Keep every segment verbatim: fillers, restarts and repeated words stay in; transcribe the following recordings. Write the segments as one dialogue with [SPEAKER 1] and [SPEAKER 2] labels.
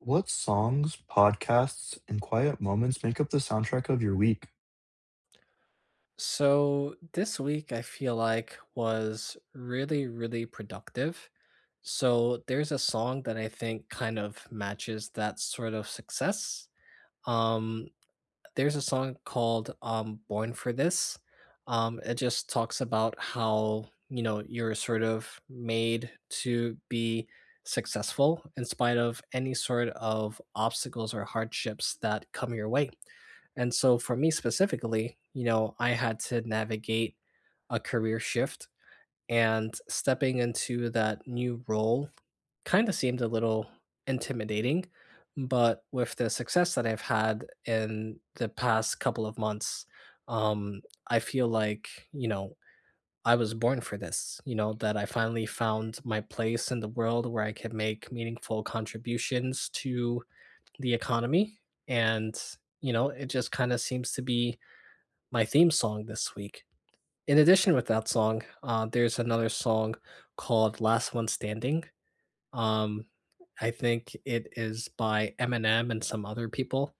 [SPEAKER 1] What songs, podcasts, and quiet moments make up the soundtrack of your week?
[SPEAKER 2] So this week I feel like was really, really productive. So there's a song that I think kind of matches that sort of success. Um, there's a song called, um, "Born for This." Um, it just talks about how, you know, you're sort of made to be successful in spite of any sort of obstacles or hardships that come your way. And so for me specifically, you know, I had to navigate a career shift and stepping into that new role kinda seemed a little intimidating, but with the success that I've had in the past couple of months, um, I feel like, you know, I was born for this, you know, that I finally found my place in the world where I could make meaningful contributions to the economy, and, you know, it just kinda seems to be my theme song this week. In addition with that song, uh, there's another song called Last One Standing, um, I think it is by Eminem and some other people.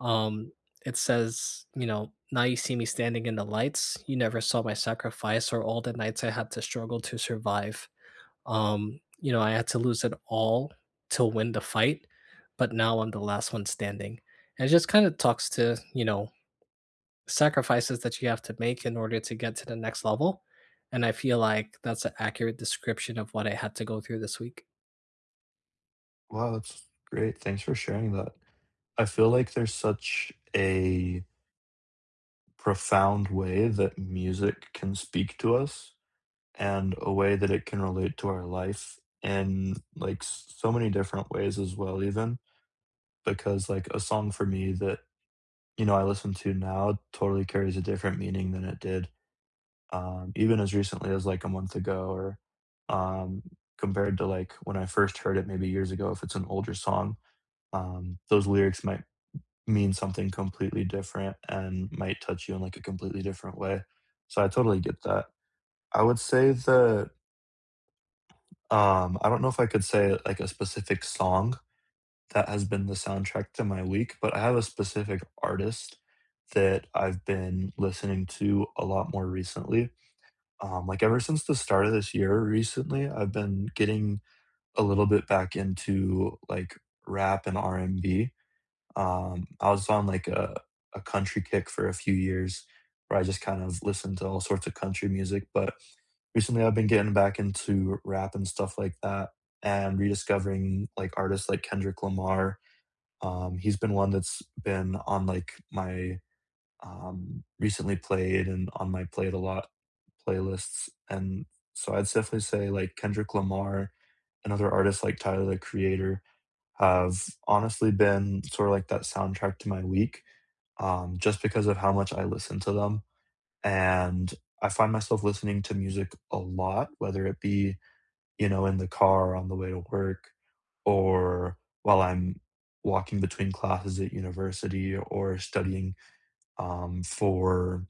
[SPEAKER 2] Um, it says, you know, now you see me standing in the lights. You never saw my sacrifice or all the nights I had to struggle to survive. Um, you know, I had to lose it all to win the fight, but now I'm the last one standing. And it just kind of talks to, you know, sacrifices that you have to make in order to get to the next level. And I feel like that's an accurate description of what I had to go through this week.
[SPEAKER 1] Wow, that's great. Thanks for sharing that. I feel like there's such a profound way that music can speak to us and a way that it can relate to our life in like s- so many different ways as well, even because like a song for me that, you know, I listen to now totally carries a different meaning than it did um, even as recently as like a month ago or um, compared to like when I first heard it maybe years ago, if it's an older song, um, those lyrics might mean something completely different and might touch you in like a completely different way. So I totally get that. I would say that um, I don't know if I could say like a specific song that has been the soundtrack to my week, but I have a specific artist that I've been listening to a lot more recently. Um, like ever since the start of this year recently, I've been getting a little bit back into like rap and R and B. Um, I was on like a, a country kick for a few years where I just kind of listened to all sorts of country music, but recently I've been getting back into rap and stuff like that and rediscovering like artists like Kendrick Lamar. Um, he's been one that's been on like my um, recently played and on my played a lot playlists. And so I'd definitely say like Kendrick Lamar and other artists like Tyler the Creator have honestly been sort of like that soundtrack to my week, um, just because of how much I listen to them. And I find myself listening to music a lot, whether it be, you know, in the car on the way to work or while I'm walking between classes at university or studying um, for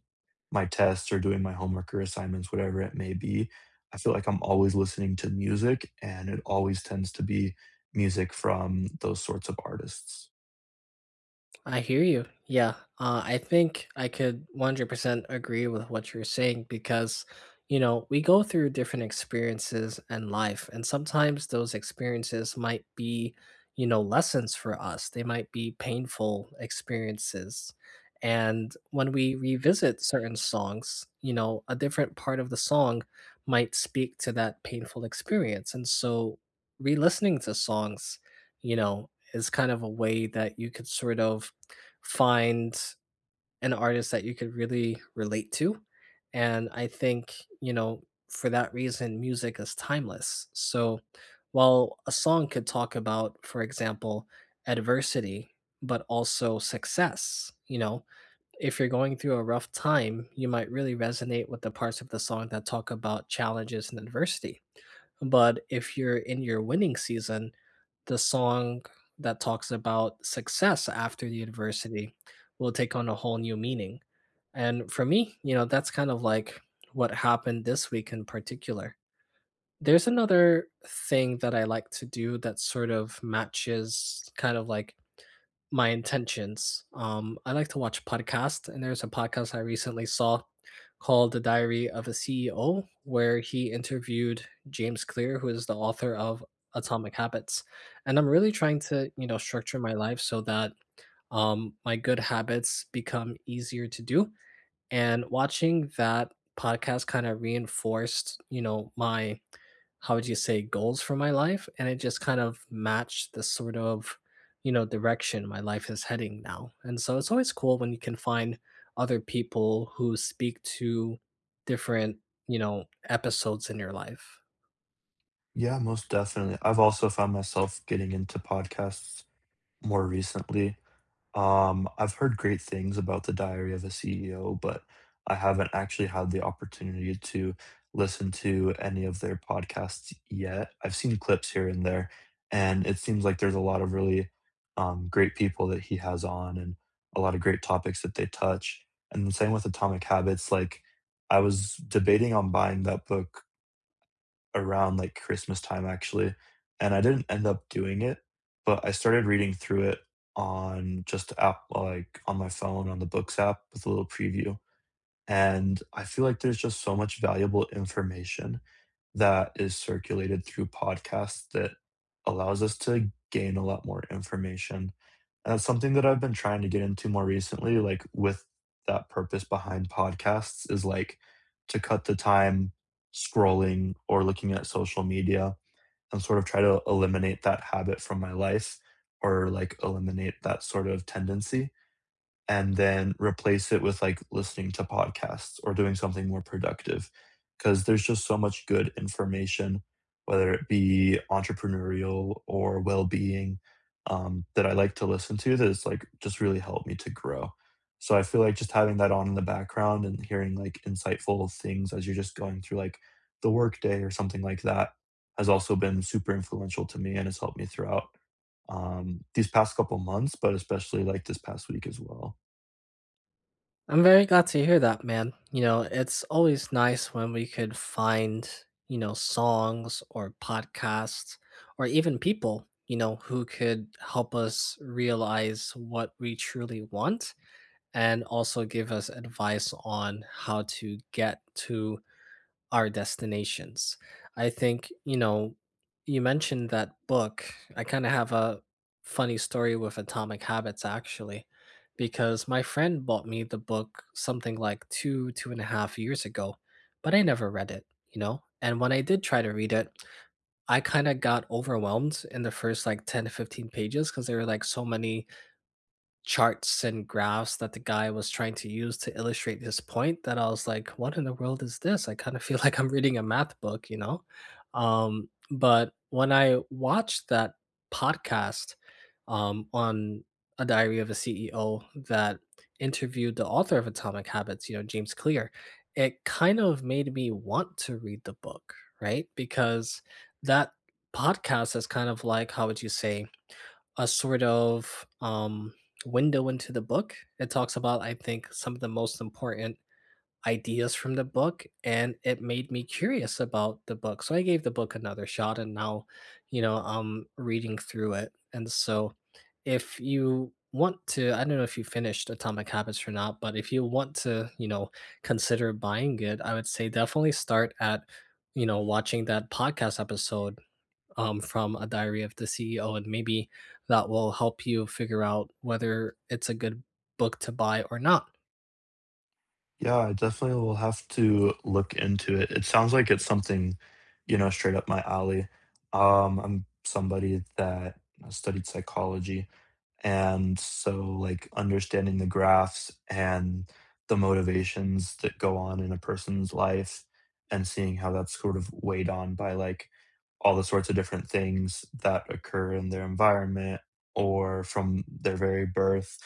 [SPEAKER 1] my tests or doing my homework or assignments, whatever it may be, I feel like I'm always listening to music, and it always tends to be music from those sorts of artists.
[SPEAKER 2] I hear you. Yeah. Uh, I think I could one hundred percent agree with what you're saying because, you know, we go through different experiences in life, and sometimes those experiences might be, you know, lessons for us. They might be painful experiences. And when we revisit certain songs, you know, a different part of the song might speak to that painful experience. And so re listening to songs, you know, is kind of a way that you could sort of find an artist that you could really relate to. And I think, you know, for that reason, music is timeless. So while a song could talk about, for example, adversity, but also success, you know, if you're going through a rough time, you might really resonate with the parts of the song that talk about challenges and adversity. But if you're in your winning season, the song that talks about success after the university will take on a whole new meaning. And for me, you know, that's kind of like what happened this week in particular. There's another thing that I like to do that sort of matches kind of like my intentions. Um, I like to watch podcasts, and there's a podcast I recently saw called The Diary of a C E O, where he interviewed James Clear, who is the author of Atomic Habits. And I'm really trying to, you know, structure my life so that um, my good habits become easier to do. And watching that podcast kind of reinforced, you know, my how would you say, goals for my life, and it just kind of matched the sort of, you know, direction my life is heading now. And so it's always cool when you can find other people who speak to different, you know, episodes in your life.
[SPEAKER 1] Yeah, most definitely. I've also found myself getting into podcasts more recently. Um, I've heard great things about The Diary of a C E O, but I haven't actually had the opportunity to listen to any of their podcasts yet. I've seen clips here and there, and it seems like there's a lot of really, um, great people that he has on and a lot of great topics that they touch, and the same with Atomic Habits, like, I was debating on buying that book around, like, Christmas time, actually, and I didn't end up doing it, but I started reading through it on just app like, on my phone, on the Books app with a little preview, and I feel like there's just so much valuable information that is circulated through podcasts that allows us to gain a lot more information, and that's something that I've been trying to get into more recently, like, with that purpose behind podcasts is, like, to cut the time scrolling or looking at social media and sort of try to eliminate that habit from my life or, like, eliminate that sort of tendency and then replace it with like listening to podcasts or doing something more productive because there's just so much good information whether it be entrepreneurial or well-being, um, that I like to listen to that is like just really helped me to grow. So I feel like just having that on in the background and hearing like insightful things as you're just going through like the workday or something like that has also been super influential to me and has helped me throughout, um, these past couple months but especially like this past week as well.
[SPEAKER 2] I'm very glad to hear that, man. You know, it's always nice when we could find, you know, songs or podcasts or even people, you know, who could help us realize what we truly want and also give us advice on how to get to our destinations. I think, you know, you mentioned that book. I kind of have a funny story with Atomic Habits, actually, because my friend bought me the book something like two, two and a half years ago, but I never read it, you know? And when I did try to read it, I kind of got overwhelmed in the first like ten to fifteen pages because there were like so many charts and graphs that the guy was trying to use to illustrate his point that I was like, "What in the world is this?" I kind of feel like I'm reading a math book, you know? Um, but when I watched that podcast, um, on A Diary of a C E O that interviewed the author of Atomic Habits, you know, James Clear, it kind of made me want to read the book, right? Because that podcast is kind of like, how would you say? A sort of um, window into the book. It talks about, I think, some of the most important ideas from the book, and it made me curious about the book. So I gave the book another shot, and now, you know, I'm reading through it. And so, if you want to, I don't know if you finished Atomic Habits or not, but if you want to, you know, consider buying it, I would say definitely start at, you know, watching that podcast episode, um, from a diary of the C E O, and maybe that will help you figure out whether it's a good book to buy or not.
[SPEAKER 1] Yeah, I definitely will have to look into it. It sounds like it's something, you know, straight up my alley. Um, I'm somebody that studied psychology, and so, like, understanding the graphs and the motivations that go on in a person's life and seeing how that's sort of weighed on by, like, all the sorts of different things that occur in their environment or from their very birth,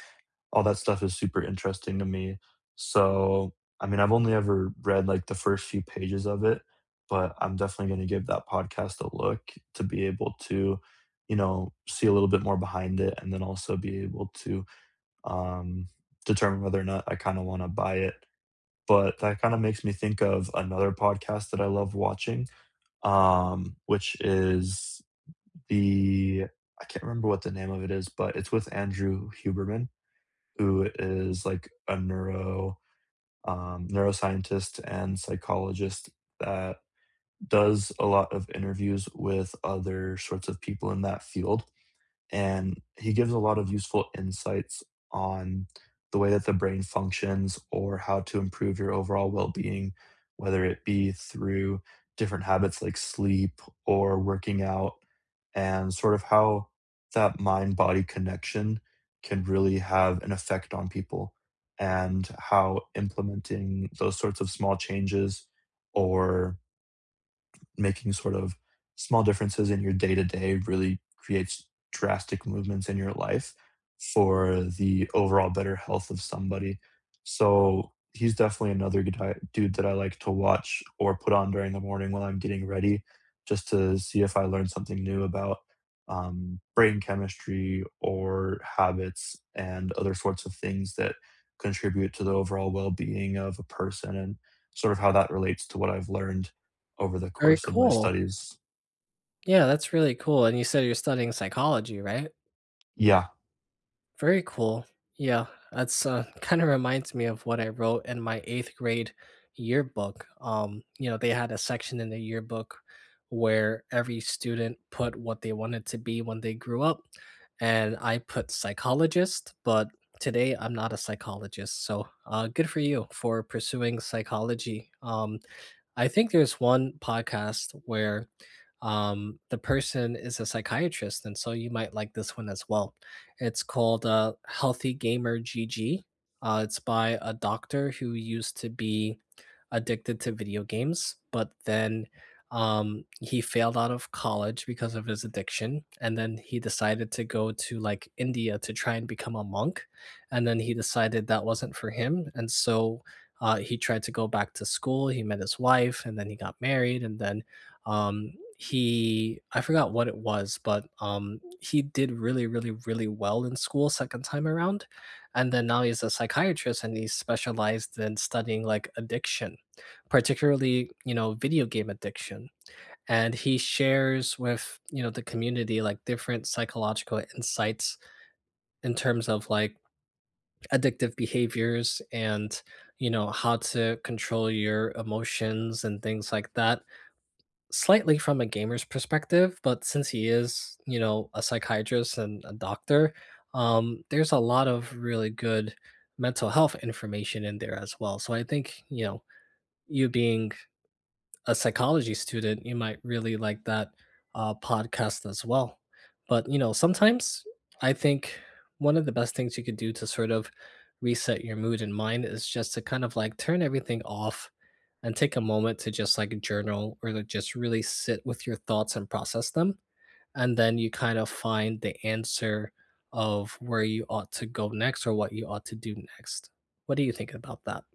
[SPEAKER 1] all that stuff is super interesting to me. So, I mean, I've only ever read, like, the first few pages of it, but I'm definitely gonna give that podcast a look to be able to, you know, see a little bit more behind it and then also be able to, um, determine whether or not I kinda wanna buy it. But that kinda makes me think of another podcast that I love watching, um, which is the I can't remember what the name of it is, but it's with Andrew Huberman, who is, like, a neuro um, neuroscientist and psychologist that does a lot of interviews with other sorts of people in that field. And he gives a lot of useful insights on the way that the brain functions or how to improve your overall well-being, whether it be through different habits like sleep or working out, and sort of how that mind body connection can really have an effect on people and how implementing those sorts of small changes or making sort of small differences in your day to day really creates drastic movements in your life for the overall better health of somebody. So he's definitely another good guy- dude that I like to watch or put on during the morning while I'm getting ready, just to see if I learn something new about, um, brain chemistry or habits and other sorts of things that contribute to the overall well being of a person and sort of how that relates to what I've learned over the
[SPEAKER 2] Very
[SPEAKER 1] course of my
[SPEAKER 2] cool.
[SPEAKER 1] studies.
[SPEAKER 2] Yeah, that's really cool. And you said you're studying psychology, right?
[SPEAKER 1] Yeah.
[SPEAKER 2] Very cool. Yeah, that's uh, kind of reminds me of what I wrote in my eighth grade yearbook. Um, you know, they had a section in the yearbook where every student put what they wanted to be when they grew up, and I put psychologist, but today I'm not a psychologist. So, uh, good for you for pursuing psychology. Um, I think there's one podcast where um, the person is a psychiatrist, and so you might like this one as well. It's called uh, Healthy Gamer G G. Uh, it's by a doctor who used to be addicted to video games, but then um, he failed out of college because of his addiction. And then he decided to go to like India to try and become a monk. And then he decided that wasn't for him. And so uh, he tried to go back to school. He met his wife, and then he got married, and then um, he I forgot what it was, but um, he did really, really, really well in school second time around, and then now he's a psychiatrist and he's specialized in studying like addiction, particularly you know video game addiction. And he shares with you know the community like different psychological insights in terms of like addictive behaviors and you know how to control your emotions and things like that slightly from a gamer's perspective but since he is you know a psychiatrist and a doctor, um, there's a lot of really good mental health information in there as well so I think you know you being a psychology student, you might really like that uh, podcast as well. But you know, sometimes I think one of the best things you could do to sort of reset your mood and mind is just to kind of like turn everything off and take a moment to just like journal or to just really sit with your thoughts and process them and then you kind of find the answer of where you ought to go next or what you ought to do next. What do you think about that?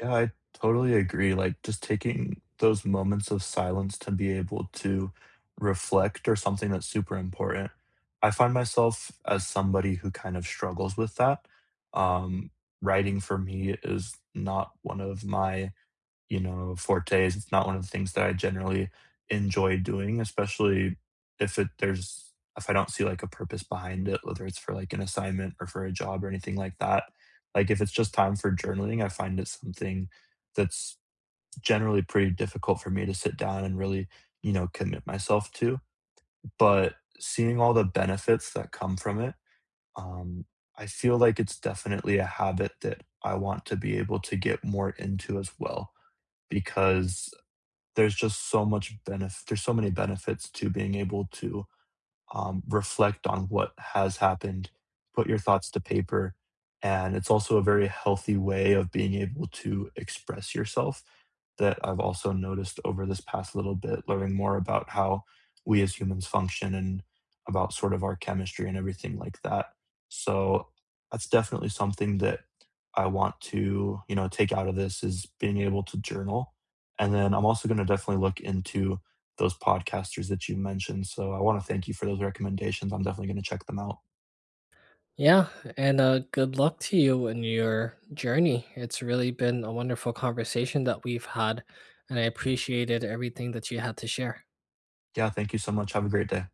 [SPEAKER 1] Yeah, I totally agree. Like, just taking those moments of silence to be able to reflect or something that's super important. I find myself as somebody who kind of struggles with that. Um, Writing for me is not one of my, you know, fortes. It's not one of the things that I generally enjoy doing, especially if it there's if I don't see like a purpose behind it, whether it's for like an assignment or for a job or anything like that. Like if it's just time for journaling, I find it's something that's generally pretty difficult for me to sit down and really, you know, commit myself to. But seeing all the benefits that come from it, um, I feel like it's definitely a habit that I want to be able to get more into as well because there's just so much benefit there's so many benefits to being able to, um, reflect on what has happened, put your thoughts to paper. And it's also a very healthy way of being able to express yourself that I've also noticed over this past little bit, learning more about how we as humans function and about sort of our chemistry and everything like that. So that's definitely something that I want to, you know, take out of this is being able to journal. And then I'm also going to definitely look into those podcasters that you mentioned. So I want to thank you for those recommendations. I'm definitely going to check them out.
[SPEAKER 2] Yeah, and uh, good luck to you in your journey. It's really been a wonderful conversation that we've had, and I appreciated everything that you had to share.
[SPEAKER 1] Yeah, thank you so much. Have a great day.